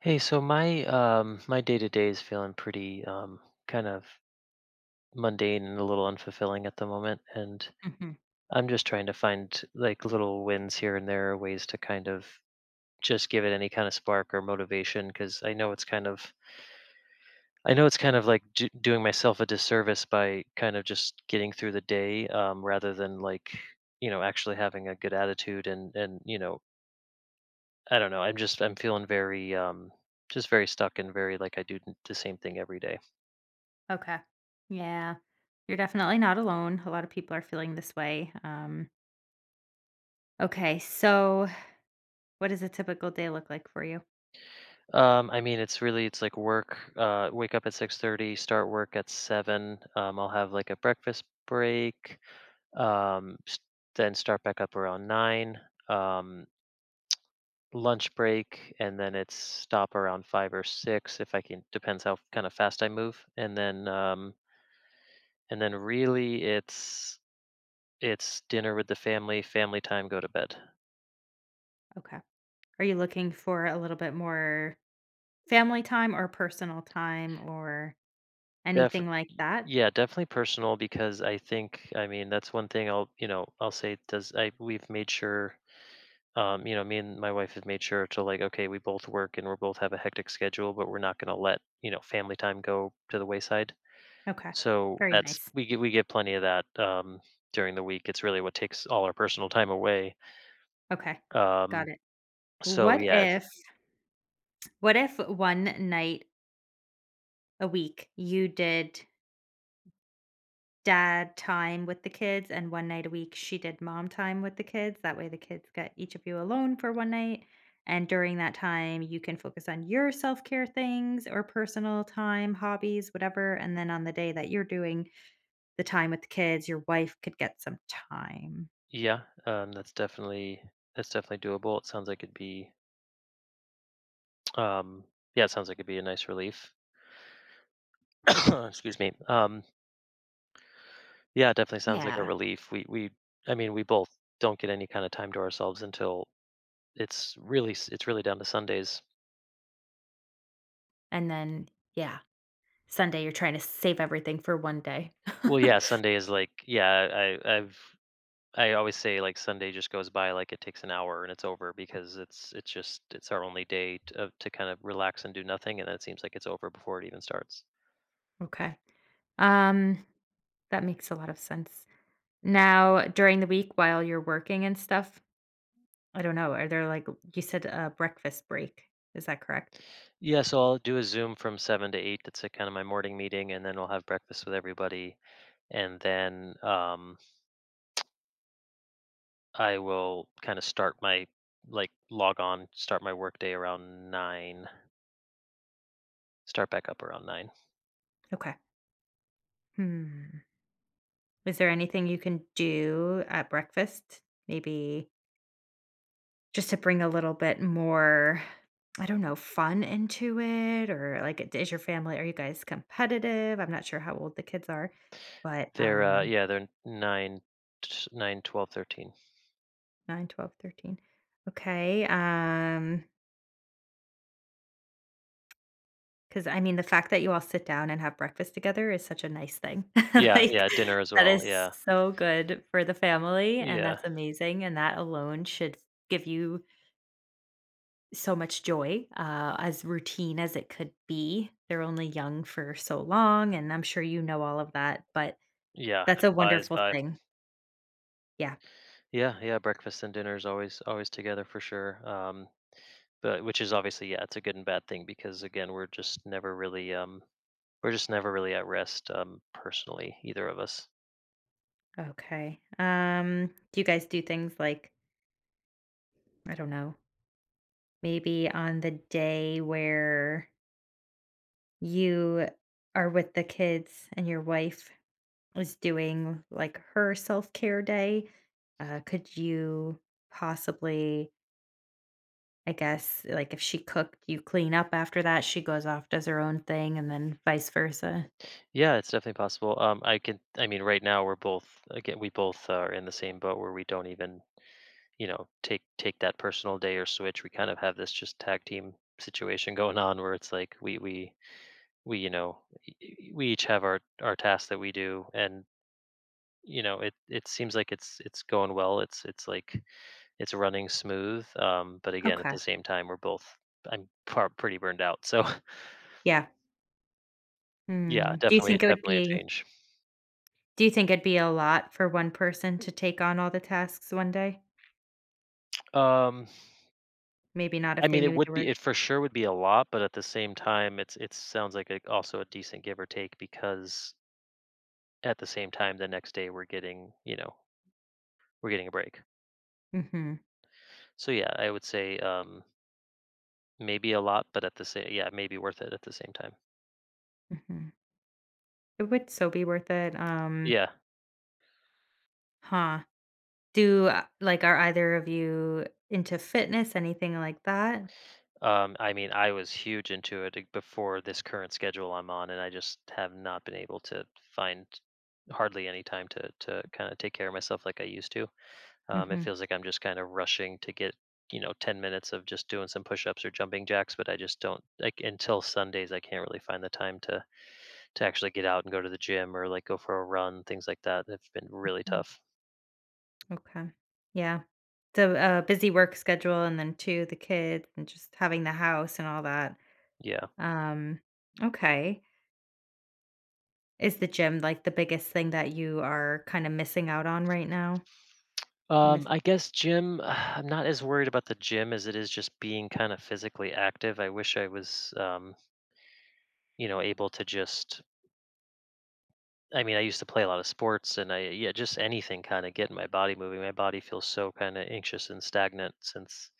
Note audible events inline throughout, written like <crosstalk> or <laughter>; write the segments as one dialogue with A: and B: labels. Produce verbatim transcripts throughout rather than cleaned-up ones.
A: Hey, so my um my day to day is feeling pretty um kind of mundane and a little unfulfilling at the moment, and
B: Mhm.
A: I'm just trying to find like little wins here and there, ways to kind of just give it any kind of spark or motivation because I know it's kind of I know it's kind of like do doing myself a disservice by kind of just getting through the day um rather than like you know actually having a good attitude and and you know I don't know. I'm just I'm feeling very um just very stuck and very like I do th- the same thing every day.
B: Okay. Yeah. You're definitely not alone. A lot of people are feeling this way. Um, okay. So, what does a typical day look like for you?
A: Um I mean it's really it's like work, uh wake up at six thirty, start work at seven. Um I'll have like a breakfast break. Um s- then start back up around nine. Um lunch break, and then it's stop around five or six if I can, depends how kind of fast I move. And then um and then really it's it's dinner with the family, family time, go to bed.
B: Okay. Are you looking for a little bit more family time or personal time or
A: Defi
B: anything like that?
A: Yeah, definitely personal, because I think, I mean, that's one thing I'll, you know, I'll say, does I we've made sure, um, you know, me and my wife have made sure to, like, okay, we both work and we both have a hectic schedule, but we're not gonna let, you know, family time go to the wayside.
B: Okay.
A: So
B: Very
A: that's
B: nice.
A: we get we get plenty of that um during the week. It's really what takes all our personal time away.
B: Okay.
A: Um,
B: Got it.
A: so
B: What
A: yes,
B: if, what if one night a week you did dad time with the kids, and one night a week she did mom time with the kids. That way the kids got each of you alone for one night. And during that time, you can focus on your self care things or personal time, hobbies, whatever. And then on the day that you're doing the time with the kids, your wife could get some time.
A: yeah, um, that's definitely that's definitely doable. It sounds like it'd be, um yeah, it sounds like it'd be a nice relief. <coughs> Excuse me. Um, yeah, it definitely sounds like a
B: Yeah.
A: relief. We we I mean, we both don't get any kind of time to ourselves until it's really s- it's really down to Sundays.
B: And then, yeah, Sunday, you're trying to save everything for one day. <laughs>
A: Well, yeah, Sunday is like, yeah, I I've I always say, like, Sunday just goes by, like, it takes an hour and it's over because it's it's just it's our only day to, to kind of relax and do nothing, and then it seems like it's over before it even starts.
B: Okay. Um, that makes a lot of sense. Now, during the week while you're working and stuff, I don't know. Are there like you said a breakfast break. Is that correct?
A: Yeah, so I'll do a Zoom from seven to eight. That's a kind of my morning meeting, and then I'll have breakfast with everybody and then um I will kind of start my like log on, start my work day around nine, start back up around nine.
B: Okay. Hmm. Is there anything you can do at breakfast? Maybe just to bring a little bit more, I don't know, fun into it or like is your family are you guys competitive? I'm not sure how old the kids are, but
A: They're uh
B: um
A: yeah, they're nine t- nine, twelve, thirteen.
B: nine, twelve, thirteen. Okay. Um 'Cause, I mean, the fact that you all sit down and have breakfast together is such a nice thing. <laughs>
A: Yeah,
B: Like,
A: yeah, dinner as
B: that
A: well.
B: is
A: Yeah.
B: so good for the family, and
A: Yeah.
B: that's amazing, and that alone should give you so much joy, uh, as routine as it could be. They're only young for so long, and I'm sure you know all of that, but
A: Yeah.
B: that's
A: It
B: a
A: flies
B: wonderful
A: by.
B: thing. Yeah.
A: Yeah, yeah. Breakfast and dinner is always always together for sure. Um but which is obviously, yeah, it's a good and bad thing, because again, we're just never really um we're just never really at rest, um personally, either of us.
B: Okay. Um, do you guys do things like, I don't know, maybe on the day where you are with the kids and your wife was doing like her self care day. Uh, could you possibly, I guess, like if she cooked, you clean up after that, she goes off, does her own thing, and then vice versa?
A: Yeah, it's definitely possible. Um, I can. I mean, right now we're both, again, we both are in the same boat where we don't even, you know, take take that personal day or switch. We kind of have this just tag team situation going on where it's like we we we you know y- y- we each have our our tasks that we do, and you know it it seems like it's it's going well. It's it's like it's running smooth. Um, but again, at the
B: Okay.
A: same time, we're both. I'm par- pretty burned out. So <laughs>
B: Yeah.
A: yeah,
B: Hmm. Do you
A: definitely
B: think it would
A: definitely a
B: be,
A: change.
B: do you think it'd be a lot for one person to take on all the tasks one day?
A: Um.
B: Maybe not
A: I
B: if they
A: mean, it
B: knew they
A: would be it
B: were.
A: for sure would be a lot, but at the same time, it's it sounds like a, also a decent give or take, because at the same time, the next day we're getting, you know we're getting a break.
B: Hmm.
A: So yeah, I would say, um, maybe a lot, but at the same yeah, maybe worth it at the same time.
B: Hmm. It would so be worth it. Um,
A: Yeah,
B: huh. Do uh, like, are either of you into fitness, anything like that?
A: um, I mean, I was huge into it, like, before this current schedule I'm on, and I just have not been able to find hardly any time to to kind of take care of myself like I used to. Um, it
B: Hmm.
A: feels like I'm just kind of rushing to get, you know, ten minutes of just doing some push-ups or jumping jacks, but I just don't, like, until Sundays I can't really find the time to to actually get out and go to the gym or like go for a run, things like that. It's been really
B: Mm.
A: tough.
B: Okay. Yeah. So a busy work schedule and then two, the kids and just having the house and all that.
A: Yeah.
B: Um, okay. Is the gym like the biggest thing that you are kind of missing out on right now?
A: Um,
B: Miss
A: I guess gym, <sighs> I'm not as worried about the gym as it is just being kind of physically active. I wish I was, um, you know, able to just, I mean, I used to play a lot of sports, and I, yeah, just anything kind of getting my body moving. My body feels so kind of anxious and stagnant since,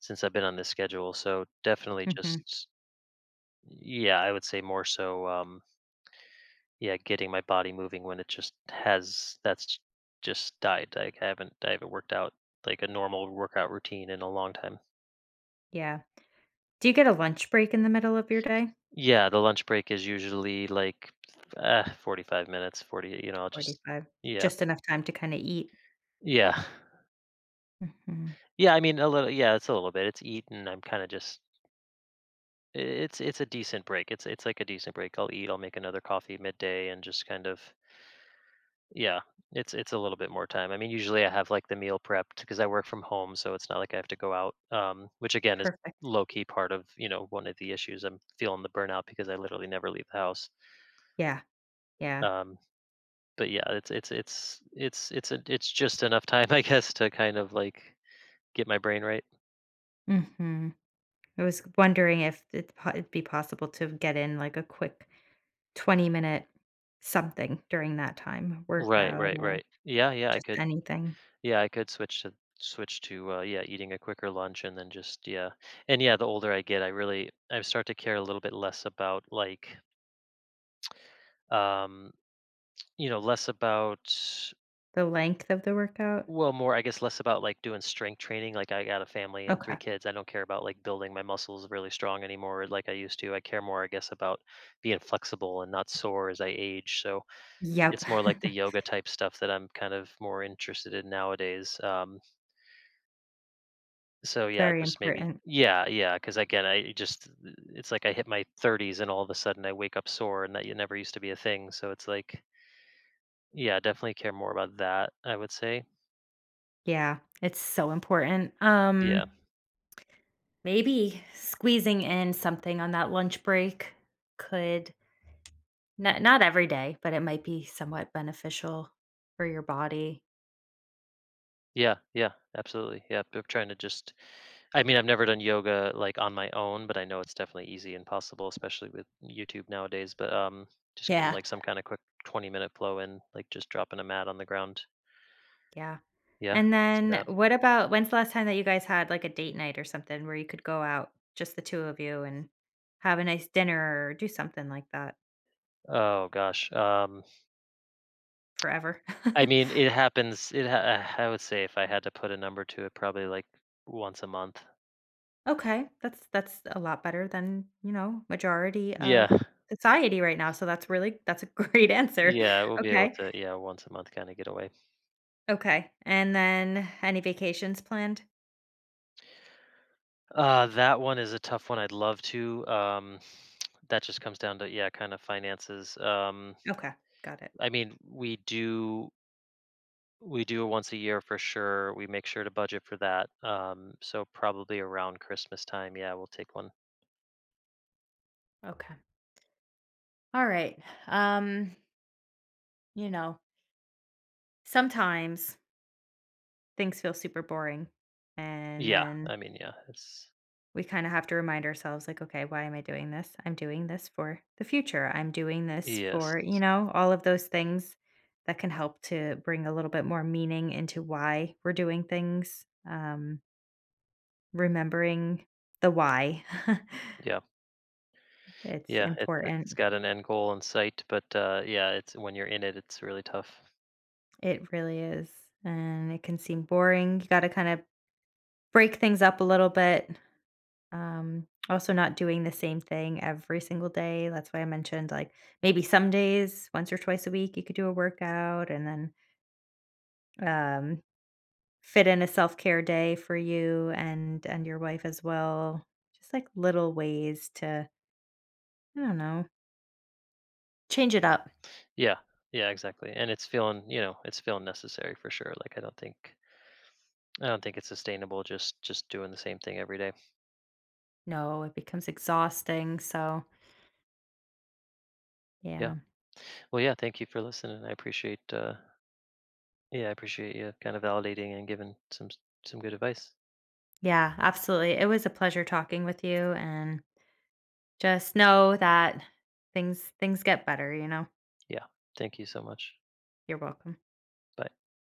A: since I've been on this schedule. So definitely
B: hmm.
A: just, yeah, I would say more so, um, yeah, getting my body moving when it just has, that's just died. Like I haven't, I haven't worked out like a normal workout routine in a long time.
B: Yeah. Do you get a lunch break in the middle of your day?
A: Yeah. The lunch break is usually like, uh, forty-five minutes, forty, you know, I'll just,
B: forty-five.
A: yeah,
B: Just enough time to kind of eat.
A: yeah.
B: Hmm.
A: Yeah, I mean, a little, yeah, it's a little bit. It's eaten, I'm kinda just, I it's it's a decent break. It's it's like a decent break. I'll eat, I'll make another coffee midday and just kind of, yeah, it's it's a little bit more time. I mean, usually I have, like, the meal prepped because I work from home, so it's not like I have to go out, um, which again is
B: Perfect.
A: low key part of, you know, one of the issues. I'm feeling the burnout because I literally never leave the house.
B: Yeah. Yeah.
A: Um, but yeah, it's it's it's it's it's a it's just enough time, <laughs> I guess, to kind of, like, get my brain right.
B: Hmm. I was wondering if it's po- it'd be possible to get in like a quick twenty minute something during that time,
A: Right,
B: workout,
A: right,
B: uh,
A: right. Yeah, yeah, I
B: just
A: could
B: anything.
A: Yeah, I could switch to switch to uh, yeah, eating a quicker lunch, and then just, yeah, and yeah, the older I get, I really I start to care a little bit less about, like, um you know less about,
B: The length of the workout?
A: well, more, I guess, less about, like, doing strength training. Like, I got a family and three
B: Okay.
A: kids. I don't care about, like, building my muscles really strong anymore like I used to. I care more, I guess, about being flexible and not sore as I age. So
B: Yep.
A: it's more like the
B: <laughs>
A: yoga type stuff that I'm kind of more interested in nowadays. Um, So yeah,
B: Very
A: just maybe,
B: important.
A: yeah, yeah, because again, I just it's like I hit my thirties and all of a sudden I wake up sore, and that y never used to be a thing, so it's like, yeah, definitely care more about that, I would say.
B: Yeah, it's so important.
A: Yeah.
B: Um, maybe squeezing in something on that lunch break could not not every day, but it might be somewhat beneficial for your body.
A: Yeah, yeah, absolutely, yeah, I'm trying to just I mean, I've never done yoga, like, on my own, but I know it's definitely easy and possible, especially with YouTube nowadays, but, um, just getting,
B: Yeah.
A: like, some kinda quick twenty-minute flow in, like, just dropping a mat on the ground.
B: Yeah.
A: Yeah,
B: And
A: I can see that.
B: then what about when's the last time that you guys had, like, a date night or something where you could go out, just the two of you, and have a nice dinner or do something like that
A: Oh gosh, um
B: forever? <laughs>
A: I mean, it happens. It ha- uh, I would say if I had to put a number to it, probably like once a month.
B: Okay, that's that's a lot better than, you know, majority
A: Yeah.
B: of society right now, so that's really that's a great <laughs> answer.
A: Yeah, we'll be able
B: Okay,
A: to, yeah, once a month kind of getaway. Away.
B: okay, and then any vacations planned?
A: Uh that one is a tough one. I'd love to. Um <sniffs> that just comes down to, yeah, kind of finances. Um
B: Okay, got it.
A: I mean, we do we do it once a year for sure. We make sure to budget for that. Um so probably around Christmas time, yeah, we'll take one.
B: Okay. Alright, um, you know, sometimes things feel super boring, and
A: Yeah,
B: then
A: I mean, yeah, it's
B: we kind of have to remind ourselves like okay, why am I doing this? I'm doing this for the future, I'm doing this
A: yes.
B: for, you know, all of those things that can help to bring a little bit more meaning into why we're doing things, um, remembering the why. <laughs>
A: Yeah.
B: It's
A: Yeah, it it's
B: important.
A: got an end goal in sight, but, uh, yeah, it's when you're in it, it's really tough.
B: It really is, and it can seem boring. You got to kind of break things up a little bit. Um, also not doing the same thing every single day. That's why I mentioned like maybe some days, once or twice a week, you could do a workout and then um, fit in a self care day for you and and your wife as well. Just like little ways to, I don't know, change it up.
A: Yeah, yeah, exactly, and it's feeling you know, it's feeling necessary for sure, like, I don't think I don't think it's sustainable just just doing the same thing every day.
B: No, it becomes exhausting. So
A: Yeah.
B: yeah,
A: Well, yeah, thank you for listening. I appreciate, uh yeah, I appreciate you kinda validating and giving some some good advice.
B: yeah, absolutely. It was a pleasure talking with you, and just know that things things get better. You know,
A: Yeah, thank you so much.
B: you're welcome.
A: Bye.